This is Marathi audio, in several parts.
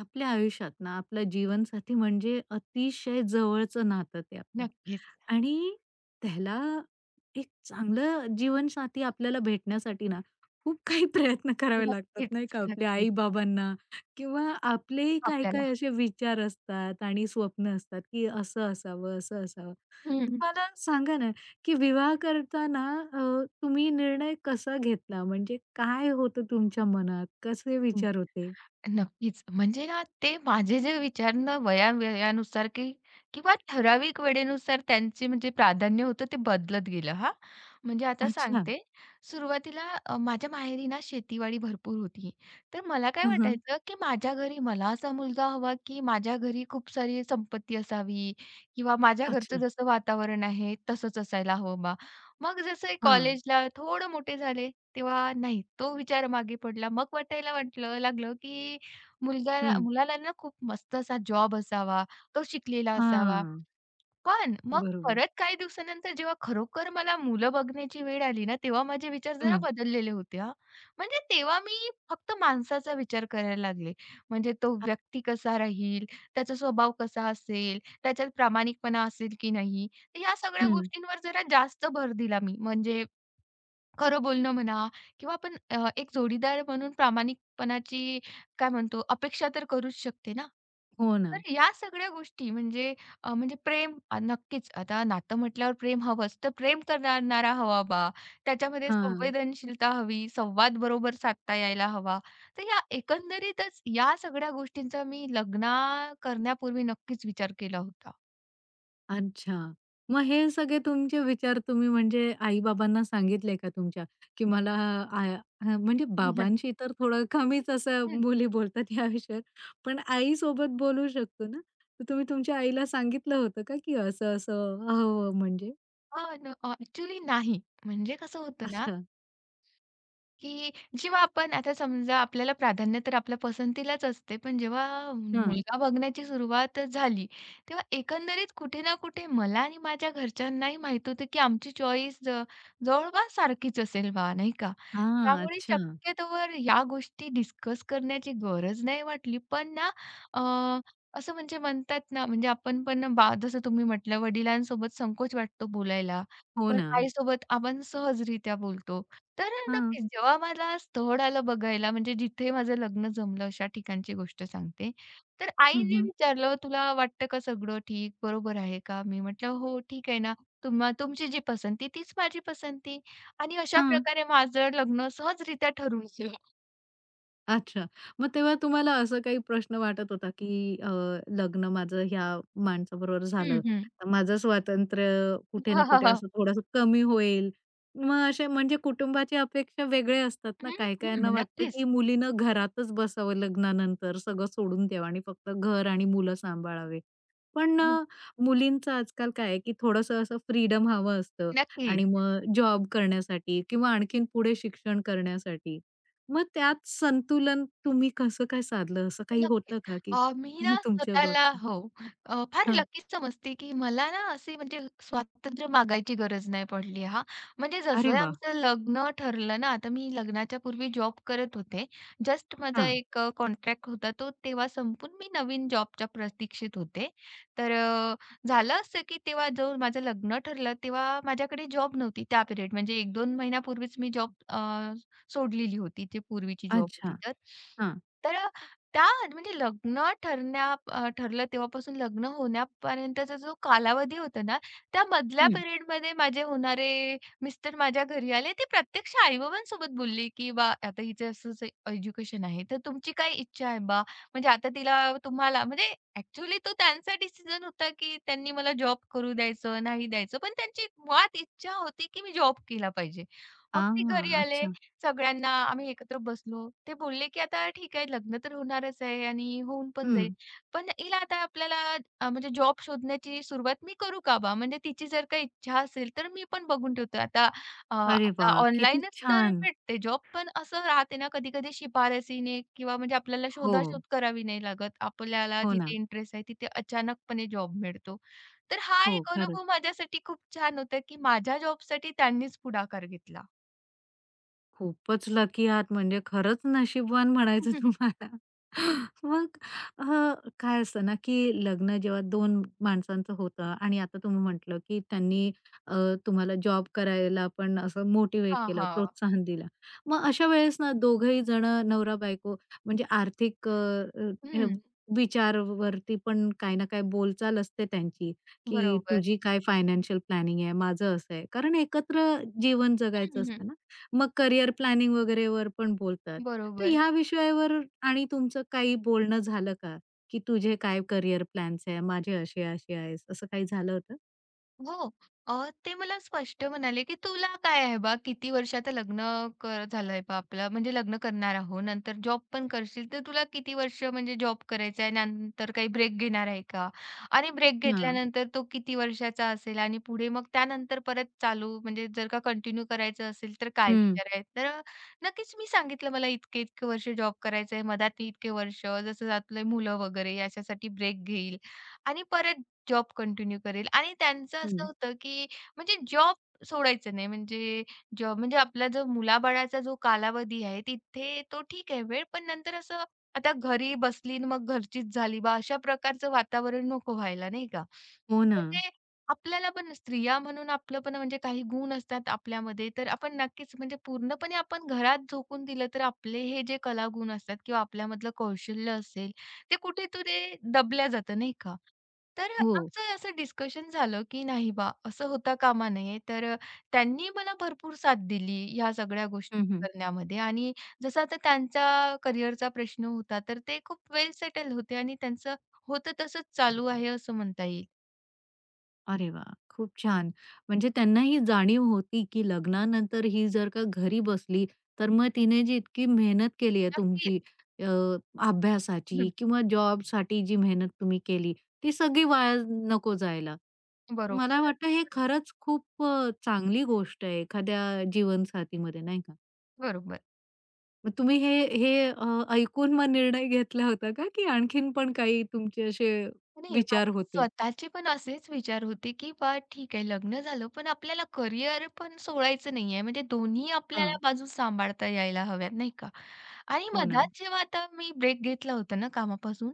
आपल्या आयुष्यात ना आपला जीवनसाथी म्हणजे अतिशय जवळचं नातं ते आपलं. नक्कीच. आणि त्याला एक चांगलं जीवनसाथी आपल्याला भेटण्यासाठी ना खूप काही प्रयत्न करावे लागतात नक्कीच, नाही का आपल्या नक्कीच. आई बाबांना किंवा आपलेही काय आपल्याला काय असे विचार असतात आणि स्वप्न असतात की असं असावं असं असावं. हं, तर हं. मला सांगा ना की विवाह करताना तुम्ही निर्णय कसा घेतला म्हणजे काय होतं तुमच्या मनात कसे विचार होते. नक्कीच. म्हणजे ना ते माझे जे विचार ना वयानुसार की किंवा ठराविक वेळेनुसार त्यांचे म्हणजे प्राधान्य होतं ते बदलत गेलं हां. म्हणजे आता अच्छा. सांगते सुरुवातीला माझ्या माहेरी ना शेतीवाडी भरपूर होती. तर मला काय हं, हं. वाटायचं की माझ्या घरी मला असा मुलगा हवा की माझ्या घरी खूप सारी संपत्ती असावी किंवा माझ्या घरचं अच्छा. जसं वातावरण आहे तसंच असायला हवं बा. मग जसं हां. कॉलेजला थोडं मोठे झाले तेव्हा नाही, तो विचार मागे पडला. मग वाटायला लागलं, की मुलगाला हं. मुलाला ना खूप मस्त असा जॉब असावा, तो शिकलेला असावा. हां. पण मग बरोबर. परत काही दिवसानंतर जेव्हा खरोखर मला मुलं बघण्याची वेळ आली ना, तेव्हा माझे विचार जरा हं. बदललेले होते हां. म्हणजे तेव्हा मी फक्त माणसाचा विचार करायला लागले. म्हणजे तो अच्छा. व्यक्ती कसा राहील, त्याचा स्वभाव कसा असेल, त्याच्यात प्रामाणिकपणा असेल की नाही, तर या सगळ्या हं. गोष्टींवर जरा जास्त भर दिला मी. म्हणजे खरं बोलणं म्हणा किंवा आपण एक जोडीदार म्हणून प्रामाणिकपणाची काय म्हणतो अपेक्षा तर करूच शकते ना. हो ना. तर या सगळ्या गोष्टी म्हणजे म्हणजे प्रेम नक्कीच आता नातं म्हटल्यावर प्रेम हवंच. तर प्रेम करणारा हवा बा, त्याच्यामध्ये हां. संवेदनशीलता हवी, संवाद बरोबर साधता यायला हवा. तर या एकंदरीतच या सगळ्या गोष्टींचा मी लग्न करण्यापूर्वी नक्कीच विचार केला होता. अच्छा. मग हे सगळे तुमचे विचार तुम्ही म्हणजे आई-बाबांना सांगितले का तुमच्या? की मला आय हां, म्हणजे बाबांशी तर थोडं कमीच असं हं. मुली बोलतात या विषयावर. पण आईसोबत बोलू शकतो ना. तर तुम्ही तुमच्या आईला सांगितलं होतं का की असं-असं हवं म्हणजे? हां, न नाही. म्हणजे कसं होतं ना अच्छा. की जेव्हा आपण आता समजा आपल्याला प्राधान्य तर आपल्या पसंतीलाच असते, पण जेव्हा हां. मुलगा बघण्याची सुरुवात झाली, तेव्हा एकंदरीत कुठे ना कुठे मला आणि माझ्या घरच्यांनाही माहीत होतं, की आमची चॉईस जवळपास सारखीच असेल बा, नाही का? हां. त्यामुळे अच्छा. शक्यतोवर या गोष्टी डिस्कस करण्याची गरज नाही वाटली. पण ना अ, असं म्हणजे म्हणतात ना, म्हणजे आपण पण बा जसं तुम्ही म्हटलं, वडिलांसोबत संकोच वाटतो बोलायला, हो पण ना. आईसोबत आपण सहजरित्या बोलतो. तर हां. नक्कीच जेव्हा मला स्थळ आलं बघायला, म्हणजे जिथे माझं लग्न जमलं अशा ठिकाणची गोष्ट सांगते. तर हं, आईने हं. विचारलं, "तुला वाटतं का सगळं ठीक, बरोबर आहे का?" मी म्हटलं, "हो, ठीक आहे ना. तुम्हा तुमची जी पसंती तीच माझी पसंती." आणि अशा हां. प्रकारे माझं लग्न सहजरित्या ठरून गेलं. अच्छा. मग तेव्हा तुम्हाला असं काही प्रश्न वाटत होता, की लग्न माझं ह्या माणसाबरोबर हं, झालं, हं. तर माझं स्वातंत्र्य कुठे ना हां, हां, कुठे हां. असं थोडंसं कमी होईल. मग असे म्हणजे कुटुंबाची अपेक्षा वेगळे असतात ना. हं, हं. काही-काहींना वाटतं, नक्कीच. की मुलीनं घरातच बसावं लग्नानंतर, सगळं सोडून द्यावं आणि फक्त घर आणि मुलं सांभाळावे. पण हम्म, मुलींचं आजकाल काय आहे, की थोडंसं असं फ्रीडम हवं असतं नक्की. आणि मग जॉब करण्यासाठी किंवा आणखीन पुढे शिक्षण करण्यासाठी. मग त्यात संतुलन तुम्ही कसं काय साधलं? असं हो, काही नक्कीच. होतं का की मी ना तुमच्या स्वतःला बाबतीत? हो, फार हां. लकीच समजते, की मला ना असे म्हणजे स्वातंत्र्य मागायची गरज नाही पडली हां. म्हणजे अरे जसं वा, आमचं लग्न ठरलं ना, आता मी लग्नाच्या पूर्वी जॉब करत होते. जस्ट माझा हां. एक कॉन्ट्रॅक्ट होता तो तेव्हा संपून मी नवीन जॉबच्या प्रतीक्षेत होते. तर झालं असं, की तेव्हा जो माझं लग्न ठरलं तेव्हा माझ्याकडे जॉब नव्हती त्या पिरियड म्हणजे 1-2 महिन्यापूर्वीच मी जॉब सोडलेली होती, ती पूर्वीची जॉब होती अच्छा. तर. हां. तर त्या म्हणजे ठरलं तेव्हापासून लग्न होण्यापर्यंतचा जो कालावधी होता ना, त्या मधल्या हं. पिरियडमध्ये माझे होणारे मिस्टर माझ्या घरी आले. ते प्रत्यक्ष आई-बाबांसोबत बोलले, की "बा आता हिचं असं-असं एज्युकेशन आहे, तर तुमची काय इच्छा आहे बा? म्हणजे आता तिला तुम्हाला" म्हणजे ॲक्चुअली तो त्यांचा डिसिजन होता, की त्यांनी मला जॉब करू द्यायचं, नाही द्यायचं. पण त्यांची मुळात इच्छा होती, की मी जॉब केला पाहिजे. मग ते हां. घरी आले अच्छा. सगळ्यांना आम्ही एकत्र बसलो. ते बोलले, की "आता ठीक आहे, लग्न तर होणारच आहे आणि होऊन पण जाईल. हं. पण हिला आता आपल्याला म्हणजे जॉब शोधण्याची सुरुवात मी करू का बा? म्हणजे तिची जर काही इच्छा असेल, तर मी पण बघून ठेवतो." आता अरे वा, आता किती ऑनलाईनच तर छान. भेटते जॉब, पण असं राहते ना कधी-कधी शिफारसीने किंवा म्हणजे आपल्याला हो. शोधाशोध करावी नाही लागत. आपल्याला हो जिथे ना. इंटरेस्ट आहे, तिथे अचानकपणे जॉब मिळतो. तर हा हो, एक खरं. अनुभव माझ्यासाठी खूप छान होता, की माझ्या जॉबसाठी त्यांनीच पुढाकार घेतला. खूपच लकी आहात म्हणजे खरंच नशीबवान म्हणायचं तुम्हाला. मग अ, काय असतं ना, की लग्न जेव्हा दोन माणसांचं होतं आणि आता तुम्ही म्हटलं, की त्यांनी अ, तुम्हाला जॉब करायला पण असं मोटिवेट हां, केलं, हां. प्रोत्साहन दिलं. मग अशा वेळेस ना दोघंही जण नवरा-बायको म्हणजे आर्थिक अ, हे हं. विचारवरती पण काही ना काही बोलचाल असते त्यांची, की बरोबर. तुझी काय फायनान्शियल प्लॅनिंग आहे, माझं असं आहे. कारण एकत्र जीवन जगायचं हं, हं. असतं ना. मग करियर प्लॅनिंग वगैरेवर पण बोलतात. तर बरोबर. ह्या विषयावर आणि तुमचं काही बोलणं झालं का? की तुझे काय करियर प्लॅन्स आहे? माझे असे-असे आहेत. असं काही झालं होतं? हो. ते मला स्पष्ट म्हणाले, की "तुला काय आहे बा? किती वर्षाचं लग्न झालंय बा आपलं म्हणजे लग्न करणार आहोत. नंतर जॉब पण करशील, तर तुला किती वर्ष म्हणजे जॉब करायचा आहे? नंतर काही ब्रेक घेणार आहे का? आणि ब्रेक हां. घेतल्यानंतर तो किती वर्षाचा असेल? आणि पुढे मग त्यानंतर परत चालू म्हणजे जर का कंटिन्यू करायचं असेल, तर काय हं, विचार आहे?" तर नक्कीच मी सांगितलं, "मला इतके-इतके वर्ष जॉब करायचा आहे. मधात मी इतके वर्ष जसं जातलंय मुलं वगैरे याच्यासाठी ब्रेक घेईल आणि परत जॉब कंटिन्यू करेल आणि त्यांचं असं हं. होतं, की म्हणजे जॉब सोडायचं नाही. म्हणजे जॉब म्हणजे आपला जो मुलाबाळाचा जो कालावधी आहे, तिथे तो ठीक आहे वेळ, पण नंतर असं आता घरी बसली आणि मग घरचीच झाली बा, अशा प्रकारचं वातावरण नको व्हायला, नाही का? हो ना. म्हणजे आपल्याला पण स्त्रिया म्हणून आपलं पण म्हणजे काही गुण असतात आपल्यामध्ये, तर आपण नक्कीच म्हणजे पूर्णपणे आपण घरात झोकून दिलं, तर आपले हे जे कलागुण असतात किंवा आपल्यामधलं कौशल्य असेल, ते कुठेतरी दबल्या जातं, नाही का? तर हो. आमचं असं डिस्कशन झालं, की नाही बा, असं होता कामा नये. तर त्यांनी मला भरपूर साथ दिली ह्या सगळ्या गोष्टी हं, हं. करण्यामध्ये आणि जसं आता त्यांचा करिअरचा प्रश्न होता, तर ते खूप वेल सेटल होते आणि त्यांचं होतं तसंच चालू आहे असं म्हणता येईल. अरे वा, खूप छान. म्हणजे त्यांना ही जाणीव होती, की लग्नानंतर ही जर का घरी बसली, तर मग तिने जी इतकी मेहनत केली आहे नक्कीच. तुमची अ, हं. अभ्यासाची किंवा जॉबसाठी जी मेहनत तुम्ही केली, ती सगळी वाया नको जायला. मला बरोबर, वाटतं हे बरोबर, खरंच खूप चांगली गोष्ट आहे एखाद्या जीवनसाथीमध्ये, नाही का? बरोबर. मग तुम्ही हे हे ऐकून मग निर्णय घेतला होता का, की आणखीन पण काही तुमचे असे नाही, विचार माझे होते? स्वतःचे पण असेच विचार होते, की बा ठीक आहे लग्न झालं, पण आपल्याला करिअर पण सोडायचं नाहीये. म्हणजे दोन्ही आपल्याला हां. बाजू सांभाळता यायला हव्यात, नाही का? आणि हो ना. मधात जेव्हा आता मी ब्रेक घेतला होता ना कामापासून,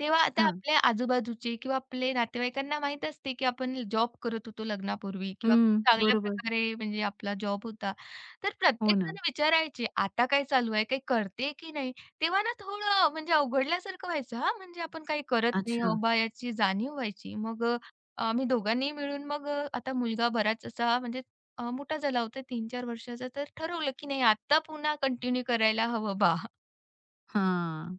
तेव्हा आता हां. आपल्या आजूबाजूचे किंवा आपले नातेवाईकांना माहीत असते, की आपण जॉब करत होतो लग्नापूर्वी किंवा खूप हं, चांगल्या बरोबर. प्रकारे म्हणजे आपला जॉब होता. तर हो ना. प्रत्येकजण विचारायचे, "आता काय चालू आहे? काही करते की नाही?" तेव्हा ना थोडं म्हणजे अवघडल्यासारखं व्हायचं हां, म्हणजे आपण काही करत नाही अच्छा. आहोत बा याची जाणीव व्हायची. मग आम्ही दोघांनी मिळून मग आता मुलगा बराच असा म्हणजे मोठा झाला होता 3-4 वर्षाचा तर ठरवलं की नाही आता पुन्हा कंटिन्यू करायला हवं बा. हां.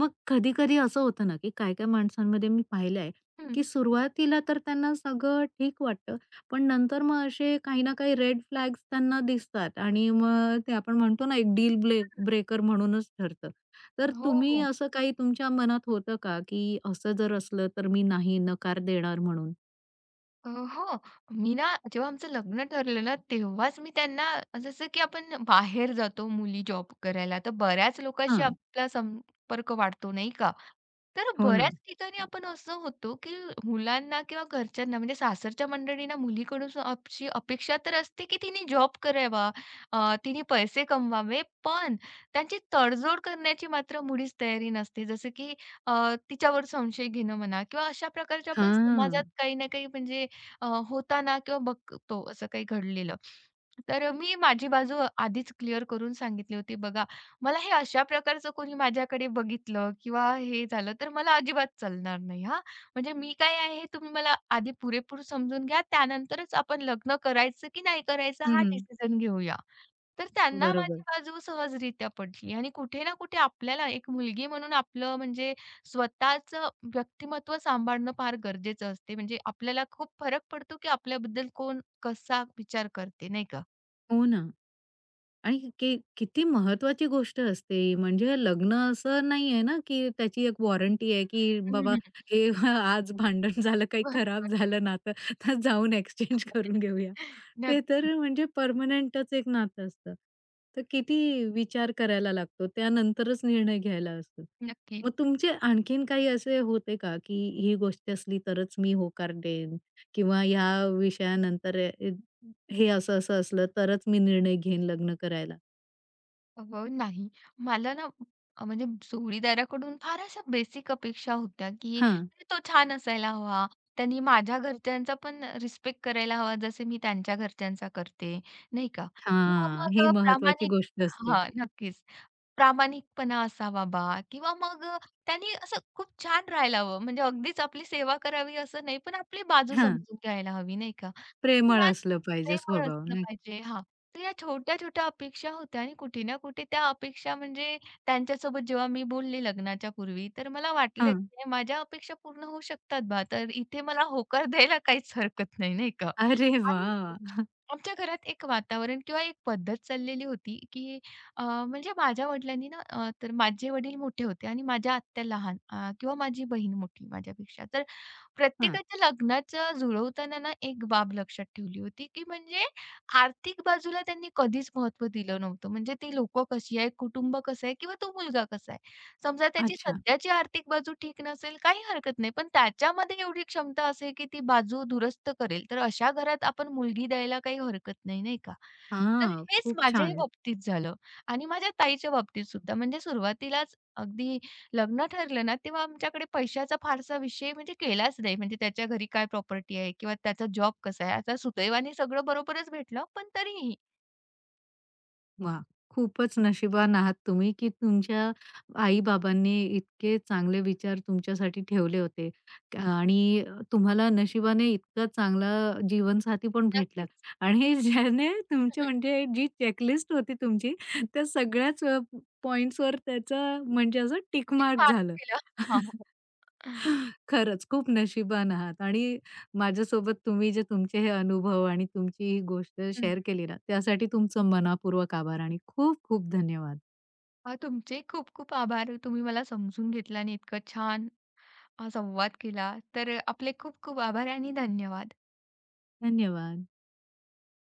मग कधी-कधी असं होतं ना, की काय काही माणसांमध्ये मी पाहिलंय, हं. की सुरुवातीला तर त्यांना सगळं ठीक वाटतं, पण नंतर मग असे काही ना काही रेड फ्लॅग्स त्यांना दिसतात आणि मग ते आपण म्हणतो ना, एक डील ब्रेकर म्हणूनच ठरतं. तर हो, तुम्ही हो. असं काही तुमच्या मनात होतं का, की असं जर असलं तर मी नाही, नकार देणार म्हणून? अ, हो. मी ना जेव्हा आमचं लग्न ठरलं ना तेव्हाच मी त्यांना जसं की आपण बाहेर जातो मुली जॉब करायला तर बऱ्याच लोकांशी हां. आपला संपर्क वाढतो नाही का? तर हो बऱ्याच ना. ठिकाणी आपण असं होतो, की मुलांना किंवा घरच्यांना म्हणजे सासरच्या मंडळींना मुलीकडून अशी अपेक्षा तर असते, की तिने जॉब करावा, तिने पैसे कमवावे. पण त्यांची तडजोड करण्याची मात्र मुळीच तयारी नसते. जसं की तिच्यावर संशय घेणं म्हणा किंवा अशा प्रकारच्या आपण समाजात हां. काही ना काही म्हणजे होताना किंवा बघतो असं काही घडलेलं. तर मी माझी बाजू आधीच क्लिअर करून सांगितली होती. बघा मला हे अशा प्रकारचं कोणी माझ्याकडे बघितलं किंवा हे झालं तर मला अजिबात चालणार नाही हां. म्हणजे मी काय आहे हे तुम्ही मला आधी पुरेपूर समजून घ्या. त्यानंतरच आपण लग्न करायचं की नाही करायचं हा हं, डिसिजन घेऊया. तर त्यांना माझी बरोबर. बाजू सहजरित्या पटली आणि कुठे ना कुठे आपल्याला एक मुलगी म्हणून आपलं म्हणजे स्वतःचं व्यक्तिमत्त्व सांभाळणं फार गरजेचं असते. म्हणजे आपल्याला खूप फरक पडतो की आपल्याबद्दल कोण कसा विचार करते नाही का? हो ना. आणि किती महत्वाची गोष्ट असते ही. म्हणजे लग्न असं नाहीये ना, की त्याची एक वॉरंटी आहे, की बाबा हं, हे आज भांडण झालं, काही खराब बरोबर. झालं नातं, तर जाऊन एक्सचेंज करून घेऊया. ते नक्की, तर म्हणजे परमनंटच एक नातं असतं. तर किती विचार करायला लागतो, त्यानंतरच निर्णय घ्यायला असतो. नक्की. मग तुमचे आणखीन काही असे होते का, की ही गोष्ट असली तरच मी होकार देईन किंवा ह्या विषयानंतर हे असं-असं असलं तरच मी निर्णय घेईन लग्न करायला. हो, नाही. मला ना म्हणजे जोडीदाराकडून फार अशा बेसिक अपेक्षा होत्या, की हां. तो छान असायला हवा. त्यांनी माझ्या घरच्यांचा पण रिस्पेक्ट करायला हवा, जसे मी त्यांच्या घरच्यांचा करते, नाही का? किंवा हां, मग ही महत्वाची प्रामाणिक गोष्ट असते. हां, नक्कीच. प्रामाणिकपणा असावा बा किंवा मग त्यांनी असं खूप छान राहायला हवं. म्हणजे अगदीच आपली सेवा करावी असं नाही, पण आपली बाजू हां, समजून घ्यायला हवी, नाही का? तर प्रेमळ यात असलं पाहिजे प्रेमळ स्वभाव असलं नाही का? पाहिजे हां. तर या छोट्या-छोट्या अपेक्षा होत्या आणि कुठे ना कुठे त्या अपेक्षा म्हणजे त्यांच्यासोबत जेव्हा मी बोलले लग्नाच्या पूर्वी, तर मला वाटलं हां. की माझ्या अपेक्षा पूर्ण होऊ शकतात बा. तर इथे मला होकार द्यायला काहीच हरकत नाही, नाही का? अरे आणि वाह! आमच्या घरात एक वातावरण किंवा एक पद्धत चाललेली होती, की अ, म्हणजे माझ्या वडिलांनी ना तर माझे वडील मोठे होते आणि माझ्या आत्या लहान किंवा माझी बहीण मोठी माझ्यापेक्षा. तर हां, प्रत्येकाच्या लग्नाचं जुळवताना ना एक बाब लक्षात ठेवली होती, की म्हणजे आर्थिक बाजूला त्यांनी कधीच महत्त्व दिलं नव्हतं. म्हणजे ती लोकं कशी आहे, कुटुंब कसं आहे किंवा तो मुलगा कसा आहे. समजा त्याची अच्छा. सध्याची आर्थिक बाजू ठीक नसेल, काही हरकत नाही. पण त्याच्यामध्ये एवढी क्षमता असेल, की ती बाजू दुरुस्त करेल. तर अशा घरात आपण मुलगी द्यायला काही हरकत नाही, नाही का? तर हां, हेच खूप माझ्याही छान. बाबतीत झालं आणि माझ्या ताईच्या बाबतीत सुद्धा. म्हणजे सुरुवातीलाच अगदी लग्न ठरलं ना, तेव्हा आमच्याकडे पैशाचा फारसा विषय म्हणजे केलाच नाही. म्हणजे त्याच्या घरी काय प्रॉपर्टी आहे किंवा त्याचा जॉब कसा आहे. आता सुदैवाने सगळं बरोबरच भेटलं, पण तरीही. वाह! खूपच नशिबान आहात तुम्ही, की तुमच्या आई-बाबांनी इतके चांगले विचार तुमच्यासाठी ठेवले होते आणि तुम्हाला नशिबाने इतका चांगला जीवनसाथी पण भेटला नक्कीच. आणि ज्याने हं, तुमच्या हं. म्हणजे जी चेकलिस्ट होती तुमची, त्या सगळ्याच पॉइंट्सवर त्याचं म्हणजे असं टिक एक मार्क झालं. केला. हां, हो. खरंच खूप नशिबान आहात आणि माझ्यासोबत तुम्ही जे तुमचे हे अनुभव आणि तुमची ही गोष्ट हं. शेअर केली ना, त्यासाठी तुमचं मनापूर्वक आभार आणि खूप खूप धन्यवाद. तुमचे खूप खूप आभार. तुम्ही मला समजून घेतलं आणि इतकं छान संवाद केला. तर आपले खूप खूप आभार आणि धन्यवाद. धन्यवाद.